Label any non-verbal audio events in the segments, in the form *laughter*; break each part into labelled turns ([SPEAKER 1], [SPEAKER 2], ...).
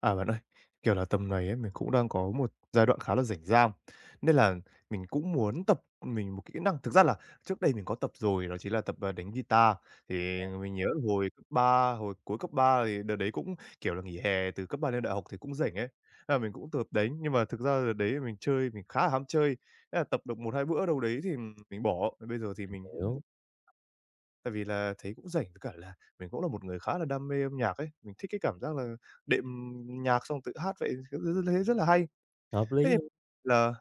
[SPEAKER 1] À, bạn ơi, kiểu là, tầm này ấy, mình cũng đang có một giai đoạn khá là rảnh rang, nên là mình cũng muốn tập mình một kỹ năng. Thực ra là trước đây mình có tập rồi, đó chính là tập, đánh guitar. Thì mình nhớ hồi cuối cấp 3 thì đợt đấy cũng, kiểu là, nghỉ hè từ cấp 3 lên đại học thì cũng rảnh ấy, thế là mình cũng tập đánh. Nhưng mà thực ra đợt đấy mình chơi, mình khá là ham chơi, thế là tập được một 2 bữa đâu đấy thì mình bỏ. Bây giờ thì mình cũng
[SPEAKER 2] Hiểu,
[SPEAKER 1] tại vì là thấy cũng rảnh, với cả là mình cũng là một người khá là đam mê âm nhạc ấy, mình thích cái cảm giác là đệm nhạc xong tự hát vậy, thấy rất rất là hay.
[SPEAKER 2] hợp
[SPEAKER 1] Thế
[SPEAKER 2] lý
[SPEAKER 1] thì
[SPEAKER 2] luôn.
[SPEAKER 1] là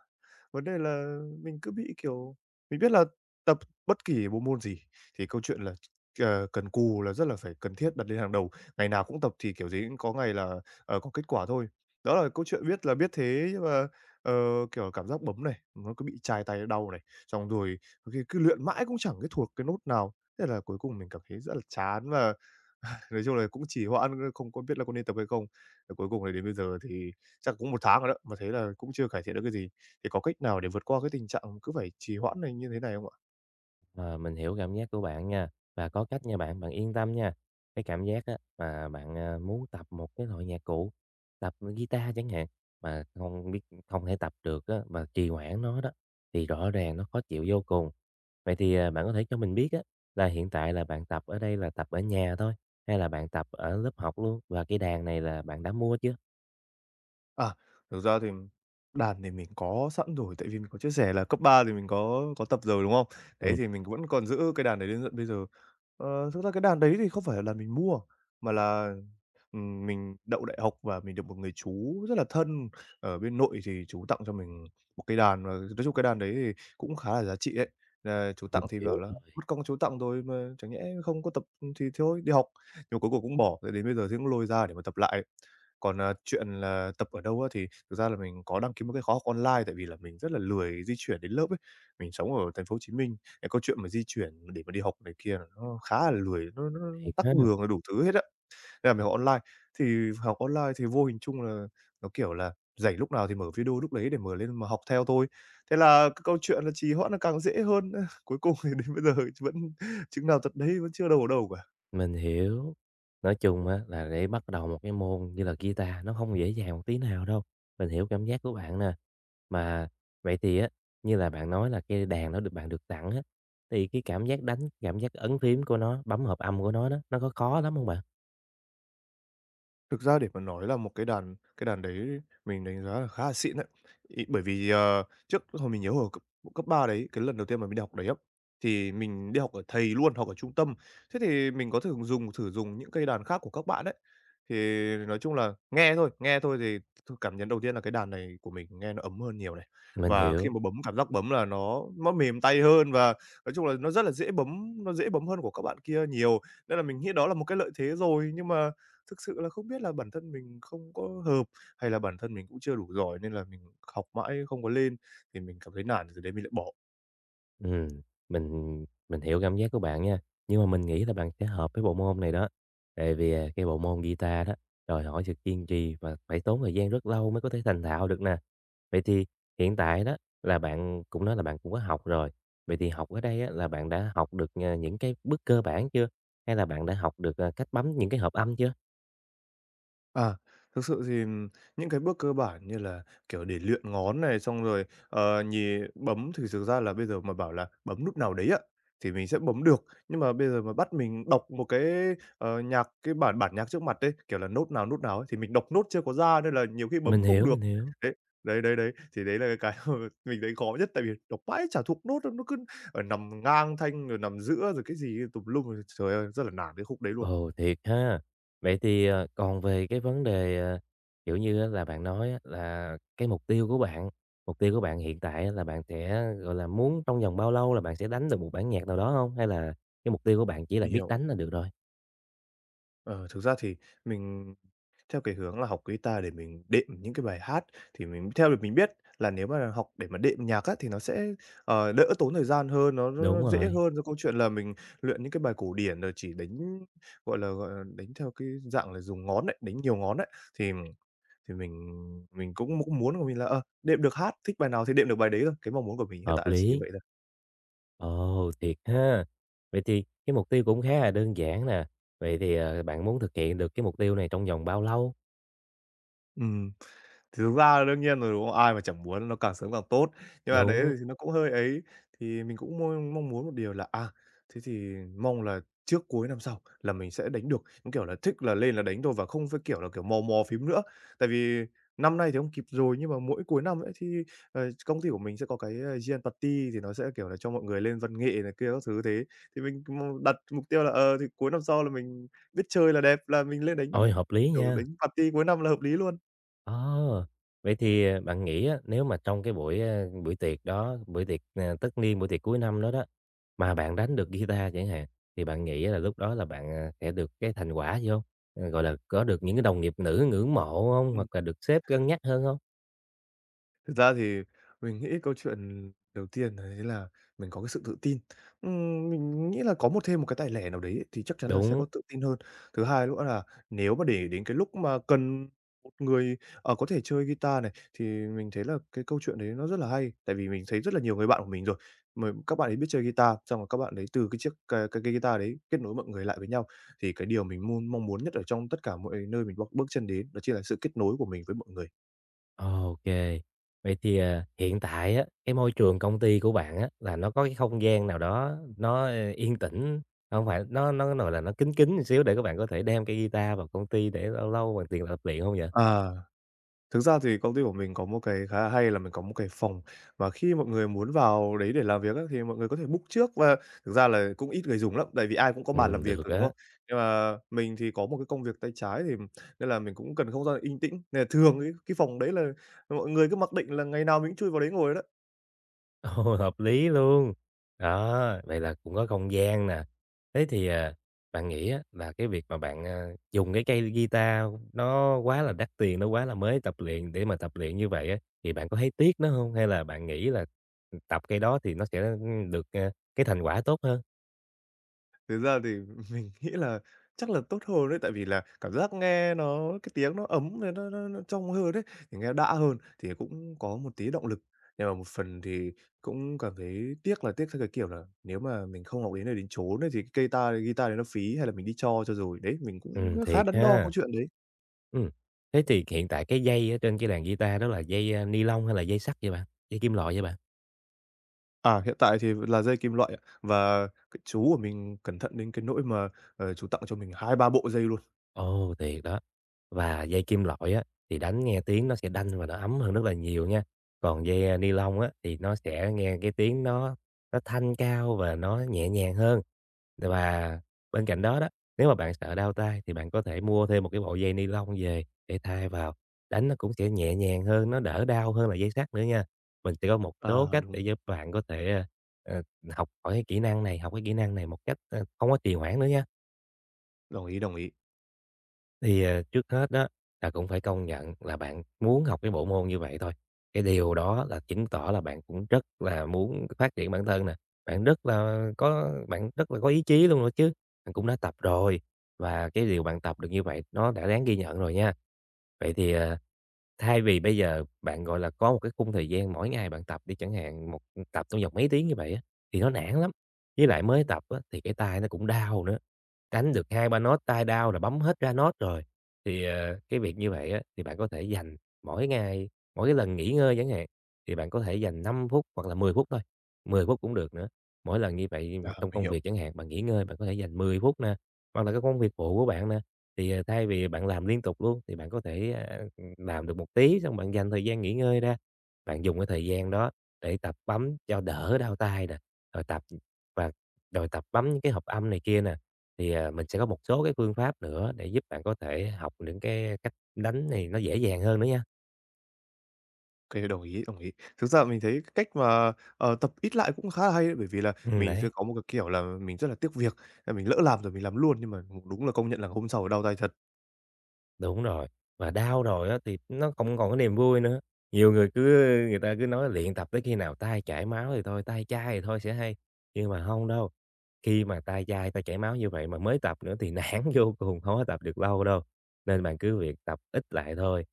[SPEAKER 1] vấn đề là mình cứ bị, kiểu mình biết là tập bất kỳ bộ môn gì thì câu chuyện là, cần cù là rất là phải cần thiết đặt lên hàng đầu, ngày nào cũng tập thì kiểu gì cũng có ngày là, có kết quả thôi. Đó là câu chuyện biết là biết thế nhưng mà, ờ, kiểu, cảm giác bấm này, nó cứ bị chai tay đau này, xong rồi có khi cứ luyện mãi cũng chẳng cái thuộc cái nốt nào. Thế là cuối cùng mình cảm thấy rất là chán và *laughs* nói chung là cũng chỉ hoãn, không có biết là có nên tập hay không. Và cuối cùng là đến bây giờ thì chắc cũng một tháng rồi đó, mà thấy là cũng chưa cải thiện được cái gì thì có cách nào để vượt qua cái tình trạng cứ phải trì hoãn này như thế này không ạ?
[SPEAKER 2] Ờ, mình hiểu cảm giác của bạn nha, và có cách nha bạn, bạn yên tâm nha. Cái cảm giác á mà bạn, muốn tập một cái loại nhạc cụ, tập guitar chẳng hạn, mà không biết không thể tập được á, mà trì hoãn nó đó, thì rõ ràng nó khó chịu vô cùng. Vậy thì, bạn có thể cho mình biết á, là hiện tại là bạn tập ở đây là tập ở nhà thôi, hay là bạn tập ở lớp học luôn? Và cây đàn này là bạn đã mua chưa?
[SPEAKER 1] À, thực ra thì đàn thì mình có sẵn rồi, tại vì mình có chia sẻ là cấp 3 thì mình có tập rồi, đúng không? Đấy,
[SPEAKER 2] Ừm,
[SPEAKER 1] thì mình vẫn còn giữ cái đàn đấy đến tận bây giờ. Thực ra cái đàn đấy thì không phải là đàn mình mua, mà là, mình đậu đại học và mình được một người chú rất là thân ở bên nội thì chú tặng cho mình một cái đàn và nói chung cái đàn đấy thì cũng khá là giá trị đấy. Là chú tặng
[SPEAKER 2] mình
[SPEAKER 1] thì bảo
[SPEAKER 2] hiểu,
[SPEAKER 1] là
[SPEAKER 2] là
[SPEAKER 1] "Mất công chú tặng rồi mà chẳng nhẽ không có tập thì thôi, đi học." Nhưng mà cuối cùng cũng bỏ, rồi đến bây giờ thì cũng lôi ra để mà tập lại. Còn, à, chuyện là tập ở đâu á, thì thực ra là mình có đăng ký một cái khóa học online, tại vì là mình rất là lười di chuyển đến lớp ấy. Mình sống ở thành phố Hồ Chí Minh, cái câu chuyện mà di chuyển để mà đi học này kia là nó khá là lười, nó
[SPEAKER 2] thiệt
[SPEAKER 1] tắc
[SPEAKER 2] ha.
[SPEAKER 1] đường rồi đủ thứ hết á, nên là mình học online. Thì học online thì vô hình chung là nó, kiểu là, rảnh lúc nào thì mở video lúc đấy để mở lên mà học theo thôi. Thế là cái câu chuyện là trì hoãn nó càng dễ hơn, *laughs* cuối cùng thì đến bây giờ vẫn *laughs* chừng nào tật đấy, vẫn chưa đâu vào đâu cả.
[SPEAKER 2] Mình hiểu. Nói chung á là để bắt đầu một cái môn như là guitar nó không dễ dàng một tí nào đâu. Mình hiểu cảm giác của bạn nè. Mà vậy thì á, như là bạn nói là cây đàn đó được bạn được tặng á, thì cái cảm giác đánh, cảm giác ấn phím của nó, bấm hợp âm của nó đó, nó có khó lắm không bạn?
[SPEAKER 1] Thực ra để mà nói là một cái đàn đấy mình đánh giá là khá là xịn đấy. Ý, bởi vì, trước hồi mình nhớ hồi cấp cấp 3 đấy, cái lần đầu tiên mà mình đi học đấy á, thì mình đi học ở thầy luôn, học ở trung tâm. Thế thì mình có thường dùng những cây đàn khác của các bạn đấy. Thì nói chung là nghe thôi thì cảm nhận đầu tiên là cái đàn này của mình nghe nó ấm hơn nhiều này.
[SPEAKER 2] Mình
[SPEAKER 1] Và khi
[SPEAKER 2] hiểu.
[SPEAKER 1] mà bấm, cảm giác bấm là nó mềm tay hơn và nói chung là nó rất là dễ bấm, nó dễ bấm hơn của các bạn kia nhiều. Nên là mình nghĩ đó là một cái lợi thế rồi, nhưng mà thực sự là không biết là bản thân mình không có hợp hay là bản thân mình cũng chưa đủ giỏi nên là mình học mãi không có lên, thì mình cảm thấy nản rồi đấy mình lại bỏ.
[SPEAKER 2] Ừm, mình hiểu cảm giác của bạn nha, nhưng mà mình nghĩ là bạn sẽ hợp với bộ môn này đó. Tại vì, cái bộ môn guitar đó, đòi hỏi sự kiên trì và phải tốn thời gian rất lâu mới có thể thành thạo được nè. Vậy thì hiện tại đó là bạn cũng nói là bạn cũng có học rồi, vậy thì học ở đây á là bạn đã học được, những cái bước cơ bản chưa? Hay là bạn đã học được, cách bấm những cái hợp âm chưa?
[SPEAKER 1] À, thực sự thì, những cái bước cơ bản như là, kiểu, để luyện ngón này, xong rồi, nhì bấm thì thực ra là bây giờ mà bảo là bấm nút nào đấy ạ thì mình sẽ bấm được. Nhưng mà bây giờ mà bắt mình đọc một cái, nhạc cái bản bản nhạc trước mặt đấy kiểu là, nốt nào nút nào ấy, thì mình đọc nốt chưa có ra nên là nhiều khi bấm
[SPEAKER 2] Mình
[SPEAKER 1] cũng không
[SPEAKER 2] hiểu,
[SPEAKER 1] được.
[SPEAKER 2] mình hiểu.
[SPEAKER 1] Đấy, đấy, thì đấy là cái *laughs* mà mình thấy khó nhất, tại vì đọc mãi chả thuộc nốt đâu, nó cứ ở nằm ngang thanh rồi nằm giữa rồi cái gì tùm lum, trời ơi, rất là nản cái khúc đấy luôn.
[SPEAKER 2] Ồ, thiệt ha! Vậy thì, còn về cái vấn đề, kiểu như á là bạn nói á là cái mục tiêu của bạn, mục tiêu của bạn hiện tại á là bạn sẽ, gọi là, muốn trong vòng bao lâu là bạn sẽ đánh được một bản nhạc nào đó không? Hay là cái mục tiêu của bạn chỉ là
[SPEAKER 1] Mình
[SPEAKER 2] biết
[SPEAKER 1] hiểu.
[SPEAKER 2] đánh là được rồi?
[SPEAKER 1] Ờ, thực ra thì mình theo cái hướng là học guitar để mình đệm những cái bài hát, thì mình theo được mình biết là nếu mà học để mà đệm nhạc á, thì nó sẽ, đỡ tốn thời gian hơn,
[SPEAKER 2] Đúng
[SPEAKER 1] nó dễ
[SPEAKER 2] rồi,
[SPEAKER 1] hơn do câu chuyện là mình luyện những cái bài cổ điển rồi chỉ đánh, gọi là, đánh theo cái dạng là dùng ngón đấy đánh nhiều ngón đấy thì thì mình cũng cũng muốn của mình là, đệm được hát, thích bài nào thì đệm được bài đấy thôi, cái mong muốn của mình hiện tại
[SPEAKER 2] hợp
[SPEAKER 1] là chỉ như
[SPEAKER 2] lý.
[SPEAKER 1] vậy thôi.
[SPEAKER 2] Ồ, thiệt ha! Vậy thì cái mục tiêu cũng khá là đơn giản nè. Vậy thì, bạn muốn thực hiện được cái mục tiêu này trong vòng bao lâu?
[SPEAKER 1] Ừm. Thì thực ra là đương nhiên rồi, đúng không? Ai mà chẳng muốn nó càng sớm càng tốt. Nhưng mà đấy
[SPEAKER 2] Đúng,
[SPEAKER 1] thì nó cũng hơi ấy, thì mình cũng mong mong muốn một điều là, à, thế thì mong là trước cuối năm sau là mình sẽ đánh được, giống kiểu là, thích là lên là đánh thôi và không phải, kiểu là, kiểu, mò mò phím nữa. Tại vì năm nay thì không kịp rồi, nhưng mà mỗi cuối năm ấy thì, công ty của mình sẽ có cái, year-end party thì nó sẽ, kiểu là, cho mọi người lên văn nghệ này kia các thứ thế. Thì mình mong đặt mục tiêu là, thì cuối năm sau là mình biết chơi là đẹp, là mình lên đánh,
[SPEAKER 2] ôi, hợp lý
[SPEAKER 1] kiểu, đánh
[SPEAKER 2] nha!
[SPEAKER 1] party cuối năm là hợp lý luôn.
[SPEAKER 2] Ờ, vậy thì, bạn nghĩ á, nếu mà trong cái buổi, buổi tiệc đó, buổi tiệc, tất niên, buổi tiệc cuối năm đó đó, mà bạn đánh được guitar chẳng hạn, thì bạn nghĩ là lúc đó là bạn, sẽ được cái thành quả gì không? Gọi là, có được những cái đồng nghiệp nữ ngưỡng mộ không?
[SPEAKER 1] Ừ.
[SPEAKER 2] Hoặc là được sếp cân nhắc hơn không?
[SPEAKER 1] Thực ra thì mình nghĩ câu chuyện đầu tiên đấy là mình có cái sự tự tin. Mình nghĩ là có một cái tài lẻ nào đấy ấy, thì chắc chắn là sẽ
[SPEAKER 2] Đúng,
[SPEAKER 1] có tự tin hơn. Thứ hai nữa là nếu mà để đến cái lúc mà cần một người, có thể chơi guitar này, thì mình thấy là cái câu chuyện đấy nó rất là hay. Tại vì mình thấy rất là nhiều người bạn của mình rồi, mà các bạn ấy biết chơi guitar, xong rồi các bạn ấy từ cái chiếc cái guitar đấy kết nối mọi người lại với nhau. Thì cái điều mình mong mong muốn nhất ở trong tất cả mọi nơi mình bước bước chân đến đó chính là sự kết nối của mình với mọi người.
[SPEAKER 2] ok. Vậy thì, hiện tại á, cái môi trường công ty của bạn á, là nó có cái không gian nào đó nó, yên tĩnh, không phải nó, gọi là, nó kín kín một xíu để các bạn có thể đem cái guitar vào công ty để lâu lâu bạn luyện tập luyện không vậy?
[SPEAKER 1] Ờ. Thực ra thì công ty của mình có một cái khá là hay là mình có một cái phòng mà khi mọi người muốn vào đấy để làm việc á, thì mọi người có thể book trước và thực ra là cũng ít người dùng lắm, tại vì ai cũng có bàn làm việc
[SPEAKER 2] Được
[SPEAKER 1] rồi, đúng
[SPEAKER 2] á.
[SPEAKER 1] không? Nhưng mà mình thì có một cái công việc tay trái thì nên là mình cũng cần không gian yên tĩnh, nên là thường ấy, cái phòng đấy là mọi người cứ mặc định là ngày nào mình cũng chui vào đấy ngồi đó.
[SPEAKER 2] *laughs* Ồ, hợp lý luôn! Đó, vậy là cũng có không gian nè. Thế thì, bạn nghĩ á là cái việc mà bạn, dùng cái cây guitar nó quá là đắt tiền, nó quá là mới tập luyện để mà tập luyện như vậy á, thì bạn có thấy tiếc nó không? Hay là bạn nghĩ là, tập cái đó thì nó sẽ, được, cái thành quả tốt hơn?
[SPEAKER 1] Thực ra thì *laughs* mình nghĩ là chắc là tốt hơn đấy, tại vì là cảm giác nghe nó cái tiếng nó ấm rồi nó trong hơn đấy, thì nghe đã hơn, thì cũng có một tí động lực. Nhưng mà một phần thì cũng cảm thấy tiếc là tiếc theo cái kiểu là nếu mà mình không học đến nơi đến chốn ấy, thì cái guitar guitar đấy nó phí hay là mình đi cho rồi. Đấy, mình cũng khá
[SPEAKER 2] Thiệt
[SPEAKER 1] đắn đo câu
[SPEAKER 2] ha.
[SPEAKER 1] chuyện đấy.
[SPEAKER 2] Ừm, thế thì hiện tại cái dây ở trên cái đàn guitar đó là dây, ni lông hay là dây sắt vậy bạn? Dây kim loại vậy bạn?
[SPEAKER 1] À, hiện tại thì là dây kim loại ạ, và chú của mình cẩn thận đến cái nỗi mà, chú tặng cho mình hai ba bộ dây luôn.
[SPEAKER 2] Ồ, thiệt đó. Và dây kim loại á, thì đánh nghe tiếng nó sẽ đanh và nó ấm hơn rất là nhiều nha. Còn dây, ni lông á, thì nó sẽ nghe cái tiếng nó thanh cao và nó nhẹ nhàng hơn. Và bên cạnh đó đó, nếu mà bạn sợ đau tai thì bạn có thể mua thêm một cái bộ dây ni lông về để thay vào, đánh nó cũng sẽ nhẹ nhàng hơn, nó đỡ đau hơn là dây sắt nữa nha. Mình sẽ có một số
[SPEAKER 1] À,
[SPEAKER 2] cách
[SPEAKER 1] đúng,
[SPEAKER 2] để giúp bạn có thể, ờ, học hỏi cái kỹ năng này, học cái kỹ năng này một cách, không có trì hoãn nữa nha.
[SPEAKER 1] đồng ý, đồng ý.
[SPEAKER 2] Thì, trước hết đó là cũng phải công nhận là bạn muốn học cái bộ môn như vậy thôi, cái điều đó là chứng tỏ là bạn cũng rất là muốn phát triển bản thân nè, bạn rất là có ý chí luôn rồi chứ, bạn cũng đã tập rồi, và cái điều bạn tập được như vậy nó đã đáng ghi nhận rồi nha. Vậy thì, thay vì bây giờ bạn, gọi là, có một cái khung thời gian mỗi ngày bạn tập đi chẳng hạn, tập trong vòng mấy tiếng như vậy á, thì nó nản lắm, với lại mới tập á, thì cái tay nó cũng đau nữa. Đánh được hai ba nốt tai đao là bấm hết ra nốt rồi. Thì, cái việc như vậy á, thì bạn có thể dành mỗi ngày, mỗi cái lần nghỉ ngơi chẳng hạn, thì bạn có thể dành 5 phút hoặc là 10 phút thôi, 10 phút cũng được nữa. Mỗi lần như vậy
[SPEAKER 1] À,
[SPEAKER 2] trong
[SPEAKER 1] mình
[SPEAKER 2] công
[SPEAKER 1] hiểu.
[SPEAKER 2] việc chẳng hạn, bạn nghỉ ngơi bạn có thể dành 10 phút nè, hoặc là cái công việc phụ của bạn nè, thì, thay vì bạn làm liên tục luôn, thì bạn có thể, làm được một tí xong bạn dành thời gian nghỉ ngơi ra. Bạn dùng cái thời gian đó để tập bấm cho đỡ đau tai nè, rồi tập và rồi tập bấm những cái hợp âm này kia nè. Thì, mình sẽ có một số cái phương pháp nữa để giúp bạn có thể học những cái cách đánh này nó dễ dàng hơn nữa nha.
[SPEAKER 1] Cái đồng ý, đồng ý. Thực ra mình thấy cái cách mà, tập ít lại cũng khá là hay đấy, bởi vì là mình sẽ
[SPEAKER 2] Đấy,
[SPEAKER 1] có một cái kiểu là mình rất là tiếc việc, là mình lỡ làm rồi mình làm luôn, nhưng mà, đúng là công nhận là hôm sau đau tay thật.
[SPEAKER 2] đúng rồi, và đau rồi á thì nó không còn cái niềm vui nữa. Nhiều người cứ người ta cứ nói luyện tập tới khi nào tay chảy máu thì thôi, tay chai thì thôi sẽ hay, nhưng mà không đâu. Khi mà tay dai, tay chảy máu như vậy mà mới tập nữa thì nản *laughs* vô cùng, hông có tập được lâu đâu, nên bạn cứ việc tập ít lại thôi.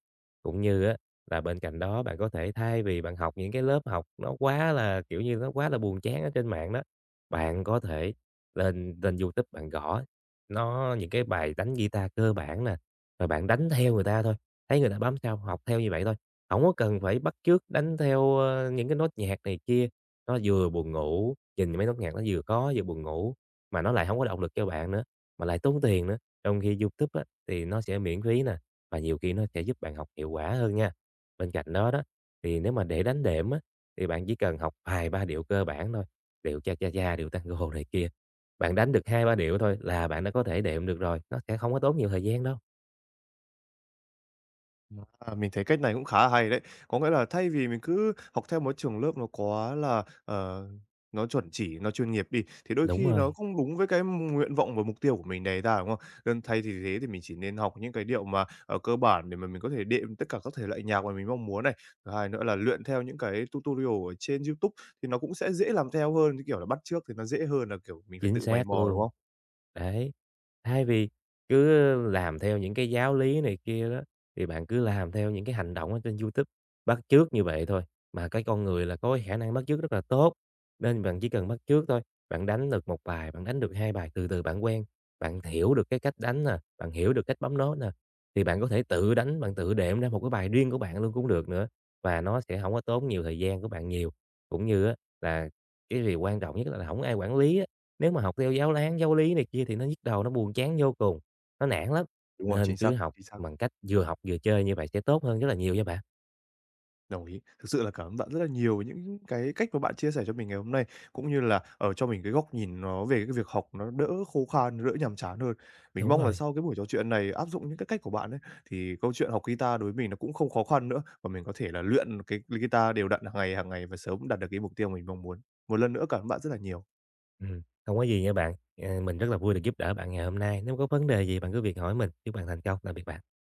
[SPEAKER 2] Cũng như á là bên cạnh đó bạn có thể thay vì bạn học những cái lớp học nó quá là, kiểu như, nó quá là buồn chán ở trên mạng đó, bạn có thể lên lên YouTube bạn gõ nó những cái bài đánh guitar cơ bản nè, rồi bạn đánh theo người ta thôi, thấy người ta bấm sao học theo như vậy thôi, không có cần phải bắt chước đánh theo, những cái nốt nhạc này kia, nó vừa buồn ngủ. Nhìn mấy nốt nhạc nó vừa có vừa buồn ngủ, mà nó lại không có động lực cho bạn nữa, mà lại tốn tiền nữa. Trong khi YouTube á, thì nó sẽ miễn phí nè, và nhiều khi nó sẽ giúp bạn học hiệu quả hơn nha. Bên cạnh đó đó, thì nếu mà để đánh đệm á, thì bạn chỉ cần học vài ba điệu cơ bản thôi, điệu Cha Cha Cha, điệu Tango này kia. Bạn đánh được hai ba điệu thôi là bạn đã có thể đệm được rồi, nó sẽ không có tốn nhiều thời gian đâu.
[SPEAKER 1] À, mình thấy cách này cũng khá là hay đấy. Có nghĩa là thay vì mình cứ học theo một trường lớp nó quá là, nó chuẩn chỉ, nó chuyên nghiệp đi, thì đôi
[SPEAKER 2] Đúng
[SPEAKER 1] khi nó
[SPEAKER 2] rồi.
[SPEAKER 1] không đúng với cái nguyện vọng và mục tiêu của mình đề ra, đúng không? Nên thay thì thế thì mình chỉ nên học những cái điệu mà, cơ bản để mà mình có thể đệm tất cả các thể loại nhạc mà mình mong muốn này. Thứ hai nữa là luyện theo những cái tutorial ở trên YouTube thì nó cũng sẽ dễ làm theo hơn, cái kiểu là, bắt chước thì nó dễ hơn là, kiểu, mình phải
[SPEAKER 2] Chính
[SPEAKER 1] tự mày
[SPEAKER 2] xác
[SPEAKER 1] mò, đúng
[SPEAKER 2] luôn.
[SPEAKER 1] không?
[SPEAKER 2] Đấy, thay vì cứ làm theo những cái giáo lý này kia đó, thì bạn cứ làm theo những cái hành động ở trên YouTube, bắt chước như vậy thôi. Mà cái con người là có cái khả năng bắt chước rất là tốt, nên bạn chỉ cần bắt chước thôi, bạn đánh được một bài, bạn đánh được 2 bài, từ từ bạn quen, bạn hiểu được cái cách đánh nè, bạn hiểu được cách bấm nốt nè, thì bạn có thể tự đánh, bạn tự đệm ra một cái bài riêng của bạn luôn cũng được nữa, và nó sẽ không có tốn nhiều thời gian của bạn nhiều. Cũng như á là cái điều quan trọng nhất là không ai quản lý á. Nếu mà học theo giáo lán, giáo lý này kia thì nó nhức đầu, nó buồn chán vô cùng, nó nản lắm,
[SPEAKER 1] Đúng rồi,
[SPEAKER 2] nên
[SPEAKER 1] chính
[SPEAKER 2] cứ
[SPEAKER 1] xác,
[SPEAKER 2] học
[SPEAKER 1] chính xác.
[SPEAKER 2] bằng cách vừa học vừa chơi như vậy sẽ tốt hơn rất là nhiều nha bạn.
[SPEAKER 1] Đồng ý. Thực sự là cảm ơn bạn rất là nhiều với những cái cách mà bạn chia sẻ cho mình ngày hôm nay, cũng như là, ở cho mình cái góc nhìn nó về cái việc học nó đỡ khô khan, nó đỡ nhàm chán hơn. Mình
[SPEAKER 2] Đúng
[SPEAKER 1] mong là
[SPEAKER 2] rồi.
[SPEAKER 1] sau cái buổi trò chuyện này áp dụng những cái cách của bạn ấy, thì câu chuyện học guitar đối với mình nó cũng không khó khăn nữa, và mình có thể là luyện cái guitar đều đặn hàng ngày và sớm đạt được cái mục tiêu mình mong muốn. Một lần nữa cảm ơn bạn rất là nhiều.
[SPEAKER 2] Hông có gì nha bạn, mình rất là vui được giúp đỡ bạn ngày hôm nay. Nếu có vấn đề gì bạn cứ việc hỏi mình, chúc bạn thành công. Tạm biệt bạn.